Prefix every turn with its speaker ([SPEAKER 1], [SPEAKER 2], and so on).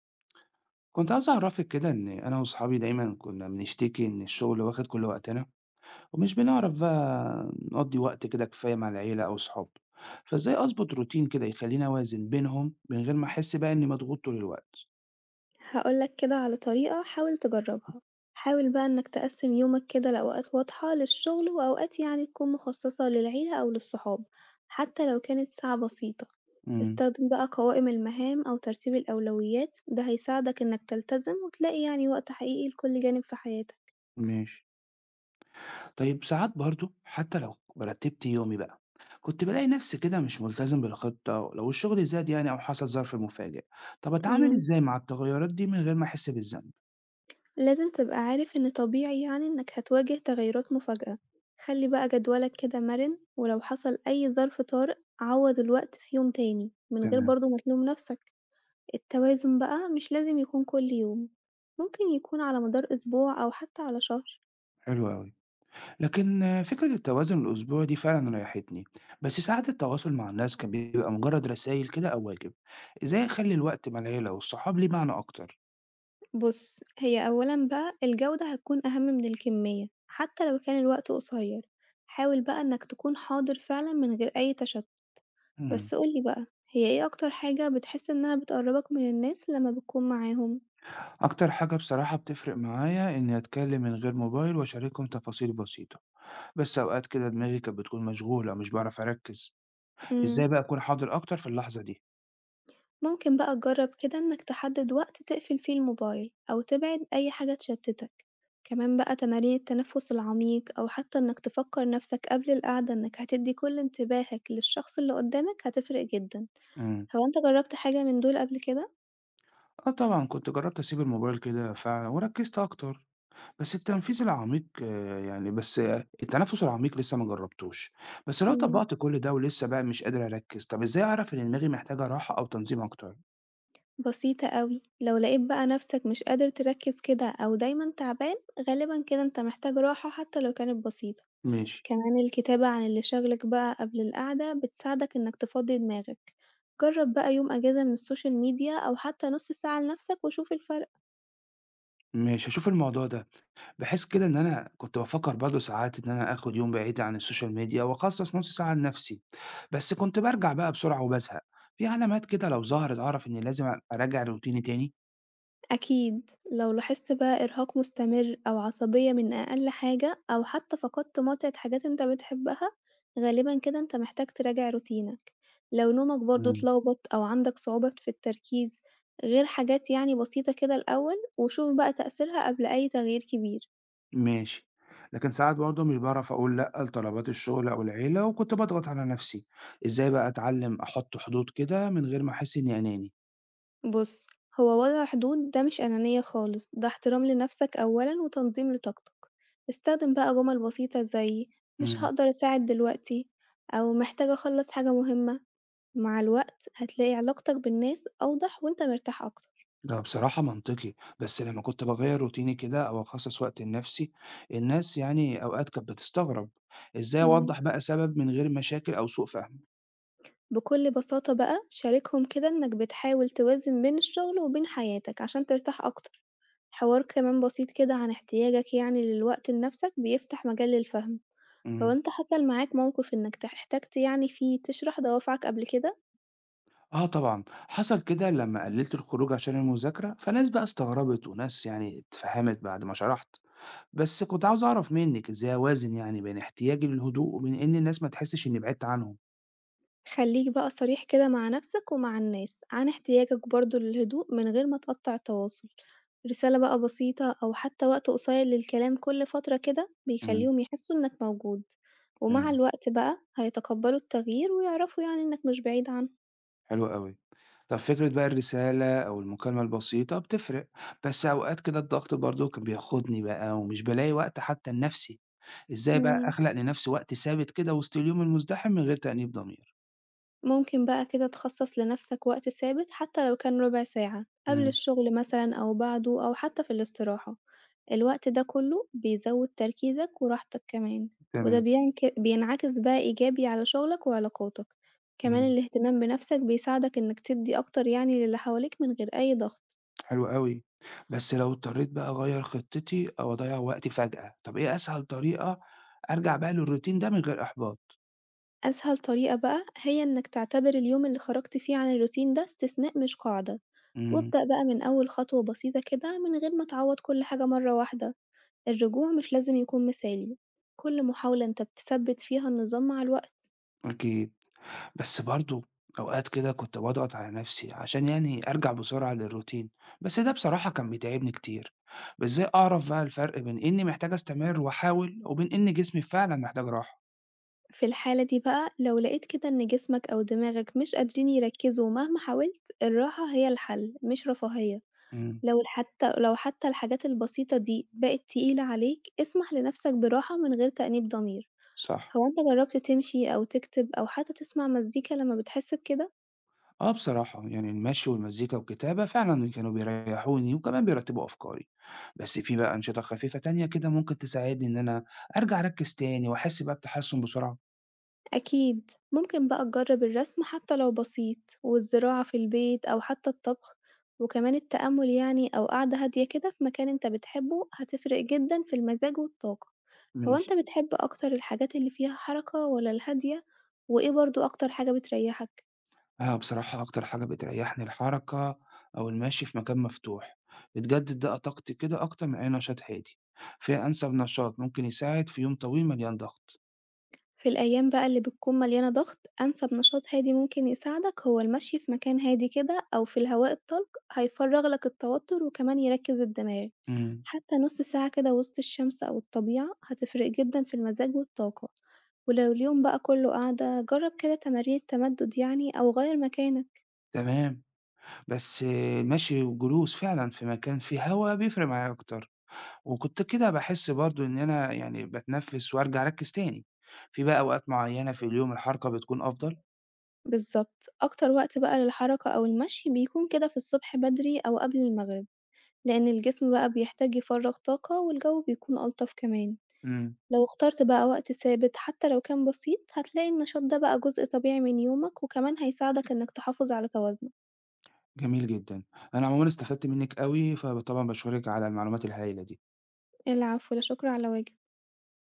[SPEAKER 1] كنت عاوز أعرفِك كده إن أنا وصحابي دايمًا كنا بنشتكي إن الشغل واخد كل وقتنا، ومش بنعرف بقى نقضّي وقت كده كفاية مع العيلة أو الصحاب، فإزاي أضبط روتين كده يخلّيني أوازن بينهم من غير ما أحس بقى إني مضغوط طول الوقت؟
[SPEAKER 2] هقول لك كده على طريقة حاول تجربها. حاول بقى إنك تقسم يومك كده لأوقات واضحة للشغل وأوقات يعني تكون مخصصة للعيلة أو للصحاب، حتى لو كانت ساعة بسيطة.
[SPEAKER 1] إمم،
[SPEAKER 2] استخدم بقى قوائم المهام أو ترتيب الأولويات، ده هيساعدك إنك تلتزم وتلاقي يعني وقت حقيقي لكل جانب في حياتك.
[SPEAKER 1] ماشي. طيب ساعات برضه حتى لو رتّبت يومي بقى، كنت بالاقي نفسي كده مش ملتزم بالخطة لو الشغل زاد يعني أو حصل ظرف مفاجئ، طب أتعامل
[SPEAKER 2] مم.
[SPEAKER 1] إزاي مع التغيرات دي من غير ما أحس بالذنب؟
[SPEAKER 2] لازم تبقى عارف إن طبيعي يعني إنك هتواجه تغيرات مفاجئة. خلي بقى جدولك كده مرن، ولو حصل أي ظرف طارئ عوض الوقت في يوم تاني من غير
[SPEAKER 1] تمام،
[SPEAKER 2] برضه ما تلوم نفسك. التوازن بقى مش لازم يكون كل يوم، ممكن يكون على مدار أسبوع أو حتى على شهر.
[SPEAKER 1] حلو أوي. لكن فكرة التوازن الأسبوعي دي فعلا ريحتني بس ساعات التواصل مع الناس كان بيبقى مجرد رسايل كده أو واجب إزاي أخلي الوقت مع العيلة والصحاب ليه معنى أكتر؟
[SPEAKER 2] بص، هي أولًا بقى الجودة هتكون أهم من الكمية حتى لو كان الوقت قصير، حاول بقى إنك تكون حاضر فعلًا من غير أي تشتت.
[SPEAKER 1] مم.
[SPEAKER 2] بس قولي بقى، هي إيه أكتر حاجة بتحس إنها بتقربك من الناس لما بتكون معاهم؟
[SPEAKER 1] أكتر حاجة بصراحة بتفرق معايا إني أتكلم من غير موبايل وأشاركهم تفاصيل بسيطة بس أوقات كده دماغي كانت بتكون مشغولة مش بعرف أركز
[SPEAKER 2] إمم.
[SPEAKER 1] إزاي بقى أكون حاضر أكتر في اللحظة دي؟
[SPEAKER 2] ممكن بقى تجرب كده إنك تحدد وقت تقفل فيه الموبايل أو تبعد أي حاجة تشتتك، كمان بقى تمارين التنفس العميق، أو حتى إنك تفكر نفسك قبل القعدة إنك هتدي كل انتباهك للشخص اللي قدامك هتفرق جدا.
[SPEAKER 1] مم.
[SPEAKER 2] هو أنت جربت حاجة من دول قبل كده؟
[SPEAKER 1] آه طبعا كنت جربت أسيب الموبايل كده فعلا وركزت أكتر بس التنفيذ العميق آه، يعني بس آه، التنفُّس العميق لسه ما جرّبتوش، بس لو
[SPEAKER 2] مم،
[SPEAKER 1] طبّقت كل ده ولسه بقى مش قادر أركّز، طَب إزاي أعرف إن دماغي محتاجة راحة أو تنظيم أكتر؟
[SPEAKER 2] بسيطة أوي. لو لقيت بقى نفسك مش قادر تركز كده أو دايما تعبان، غالبا كده أنت محتاج راحة حتى لو كانت بسيطة.
[SPEAKER 1] ماشي،
[SPEAKER 2] كمان الكتابة عن اللي شاغلك بقى قبل القعدة بتساعدك إنك تفضي دماغك، جرب بقى يوم أجازة من السوشيال ميديا أو حتى نص ساعة لنفسك وشوف الفرق.
[SPEAKER 1] ماشي هاشوف الموضوع ده، بحيث كده إن أنا كنت بافكّر برضه ساعات إن أنا آخُد يوم بعيد عن الSocial Media وأخصّص نُص ساعة لنَفْسي، بس كنت بارجع بقى بسرعة وبازهق، في علامات كده لو ظهرت أعرف إني لازم أراجع روتيني تاني؟
[SPEAKER 2] أكيد لو لاحظت بقى إرهاق مستمر أو عصبية من أقل حاجة أو حتى فقدت متعة حاجات أنت بتحبها، غالبا كده أنت محتاج تراجع روتينك. لو نومك برضه
[SPEAKER 1] إمم.
[SPEAKER 2] اتلخبط أو عندك صعوبة في التركيز، غير حاجات يعني بسيطة كده الأول وشوف بقى تأثيرها قبل أي تغيير كبير.
[SPEAKER 1] ماشي، لكن ساعات برضه مش باعرف أقول لأ لطلبات الشغل أو العيلة وكنت باضغط على نفسي، إزاي بقى أتعلم أحط حدود كده من غير ما أحس إني أناني؟
[SPEAKER 2] بُص، هو وضع حدود ده مش أنانية خالص، ده احترام لنفسك أولًا وتنظيم لطاقتك. استخدم بقى جمل بسيطة زي مش
[SPEAKER 1] امم.
[SPEAKER 2] هاقدر أساعد دلوقتي، أو محتاج أخلّص حاجة مهمة. مع الوقت هتلاقي علاقتك بالناس أوضح وأنت مرتاح أكتر.
[SPEAKER 1] ده بصراحة منطقي، بس لما كنت باغيّر روتيني كده أو أخصص وقت لنفسي، الناس يعني أوقات كانت بتستغرب، إزاي
[SPEAKER 2] إمم.
[SPEAKER 1] أوضّح بقى سبب من غير مشاكل أو سوء فهم؟
[SPEAKER 2] بكل بساطة بقى شاركهم كده إنك بتحاول توازن بين الشغل وبين حياتك عشان ترتاح أكتر، حوار كمان بسيط كده عن احتياجك يعني للوقت لنفسك بيفتح مجال للفهم. هو
[SPEAKER 1] امم،
[SPEAKER 2] أنت حصل معاك موقف إنك احتجت يعني فيه تشرح دوافعك قبل كده؟
[SPEAKER 1] آه طبعًا، حصل كده لما قلّلت الخروج عشان المذاكرة، فناس بقى استغربت وناس يعني اتفهمت بعد ما شرحت. بس كنت عاوز أعرف منِّك إزاي أوازن يعني بين احتياجي للهدوء وبين إن الناس ما تحسّش إنّي بعدت عنهم؟
[SPEAKER 2] خليك بقى صريح كده مع نفسك ومع الناس عن احتياجك برضه للهدوء من غير ما تقطع التواصل. رسالة بقى بسيطة أو حتى وقت قصير للكلام كل فترة كده
[SPEAKER 1] إمم،
[SPEAKER 2] بيخليهم يحسوا إنك موجود، ومع
[SPEAKER 1] تمام،
[SPEAKER 2] الوقت بقى هيتقبلوا التغيير ويعرفوا يعني إنك مش بعيد عنهم.
[SPEAKER 1] حلو أوي. طب فكرة بقى الرسالة أو المكالمة البسيطة بتفرق، بس أوقات كده الضغط برضه كان بياخدني بقى ومش بالاقي وقت حتى لنَفْسي، إزاي بقى
[SPEAKER 2] مم.
[SPEAKER 1] أخلق لنَفْسي وقت ثابت كده وسط اليوم المزدحم من غير تأنيب ضمير؟
[SPEAKER 2] ممكن بقى كده تخصص لنفسك وقت ثابت حتى لو كان ربع ساعة قبل
[SPEAKER 1] إمم،
[SPEAKER 2] الشغل مثلا أو بعده أو حتى في الاستراحة. الوقت ده كله بيزود تركيزك وراحتك كمان، وده
[SPEAKER 1] تمام،
[SPEAKER 2] بينك بينعكس بقى إيجابي على شغلك وعلاقاتك. كمان
[SPEAKER 1] إمم،
[SPEAKER 2] الاهتمام بنفسك بيساعدك إنك تدي أكتر يعني للي حواليك من غير أي ضغط.
[SPEAKER 1] حلو أوي. بس لو اضطريت بقى أغيّر خطتي أو أضيّع وقتي فجأة، طب إيه أسهل طريقة أرجع بقى للroutine ده من غير إحباط؟
[SPEAKER 2] أسهل طريقة بقى هي إنك تعتبر اليوم اللي خرجت فيه عن الروتين ده استثناء مش قاعدة،
[SPEAKER 1] إمم،
[SPEAKER 2] وابدأ بقى من أول خطوة بسيطة كده من غير ما تعوض كل حاجة مرة واحدة. الرجوع مش لازم يكون مثالي، كل محاولة إنت بتثبت فيها النظام مع الوقت.
[SPEAKER 1] أكيد، بس برضه أوقات كده كنت باضغط على نفسي عشان يعني أرجع بسرعة للروتين، بس ده بصراحة كان بيتعبني كتير، إزاي أعرف بقى الفرق بين إني محتاج أستمر وأحاول وبين إن جسمي فعلًا محتاج راحة؟
[SPEAKER 2] في الحالة دي بقى لو لقيت كده إن جسمك أو دماغك مش قادرين يركزوا مهما حاولت، الراحة هي الحل مش رفاهية.
[SPEAKER 1] إمم،
[SPEAKER 2] لو الحتى لو حتى الحاجات البسيطة دي بقت تقيلة عليك، اسمح لنفسك براحة من غير تأنيب ضمير.
[SPEAKER 1] صح،
[SPEAKER 2] هو إنت جربت تمشي أو تكتب أو حتى تسمع مزيكا لما بتحس بكده؟
[SPEAKER 1] آه بصراحة يعني المشي والمزيكا والكتابة فعلًا كانوا بيريحوني وكمان بيرتبوا أفكاري، بس في بقى أنشطة خفيفة تانية كده ممكن تساعدني إن أنا أرجع أركز تاني وأحس بقى بتحسن بسرعة؟
[SPEAKER 2] أكيد، ممكن بقى تجرب الرسم حتى لو بسيط، والزراعة في البيت أو حتى الطبخ، وكمان التأمل يعني أو قعدة هادية كده في مكان انت بتحبه هتفرق جدا في المزاج والطاقة. هو
[SPEAKER 1] ماشي.
[SPEAKER 2] انت بتحب أكتر الحاجات اللي فيها حركة ولا الهادية؟ وإيه برضه أكتر حاجة بتريحك؟
[SPEAKER 1] آه، بصراحة أكتر حاجة بتريّحني الحركة أو المشي في مكان مفتوح، بتجدد بقى طاقتي كده أكتر من أي نشاط هادي، فهي أنسب نشاط ممكن يساعد في يوم طويل مليان ضغط.
[SPEAKER 2] في الأيام بقى اللي بتكون مليانة ضغط، أنسب نشاط هادي ممكن يساعدك هو المشي في مكان هادي كده أو في الهواء الطلق، هيفرغ لك التوتر وكمان يركز الدماغ.
[SPEAKER 1] إمم،
[SPEAKER 2] حتى نص ساعة كده وسط الشمس أو الطبيعة هتفرق جدا في المزاج والطاقة. ولو اليوم بقى كله قعدة، جرب كده تمارين تمدد يعني أو غير مكانك.
[SPEAKER 1] تمام، بس المشي والجلوس فعلًا في مكان فيه هوا بيفرق معايا أكتر، وكنت كده باحس برضه إن أنا يعني باتنفّس وأرجع أركّز تاني. في بقى أوقات معيّنة في اليوم الحركة بتكون أفضل؟
[SPEAKER 2] بالظبط أكتر وقت بقى للحركة أو المشي بيكون كده في الصبح بدري أو قبل المغرب، لأن الجسم بقى بيحتاج يفرغ طاقة والجو بيكون ألطف كمان.
[SPEAKER 1] إمم،
[SPEAKER 2] لو اخترت بقى وقت ثابت حتى لو كان بسيط، هتلاقي النشاط ده بقى جزء طبيعي من يومك وكمان هيساعدك إنك تحافظ على توازنك.
[SPEAKER 1] جميل جدًا، أنا عمومًا استفدت منِّك أوي، فطبعًا باشكرِك على المعلومات الهايلة دي.
[SPEAKER 2] العفو، لا شكر على واجب.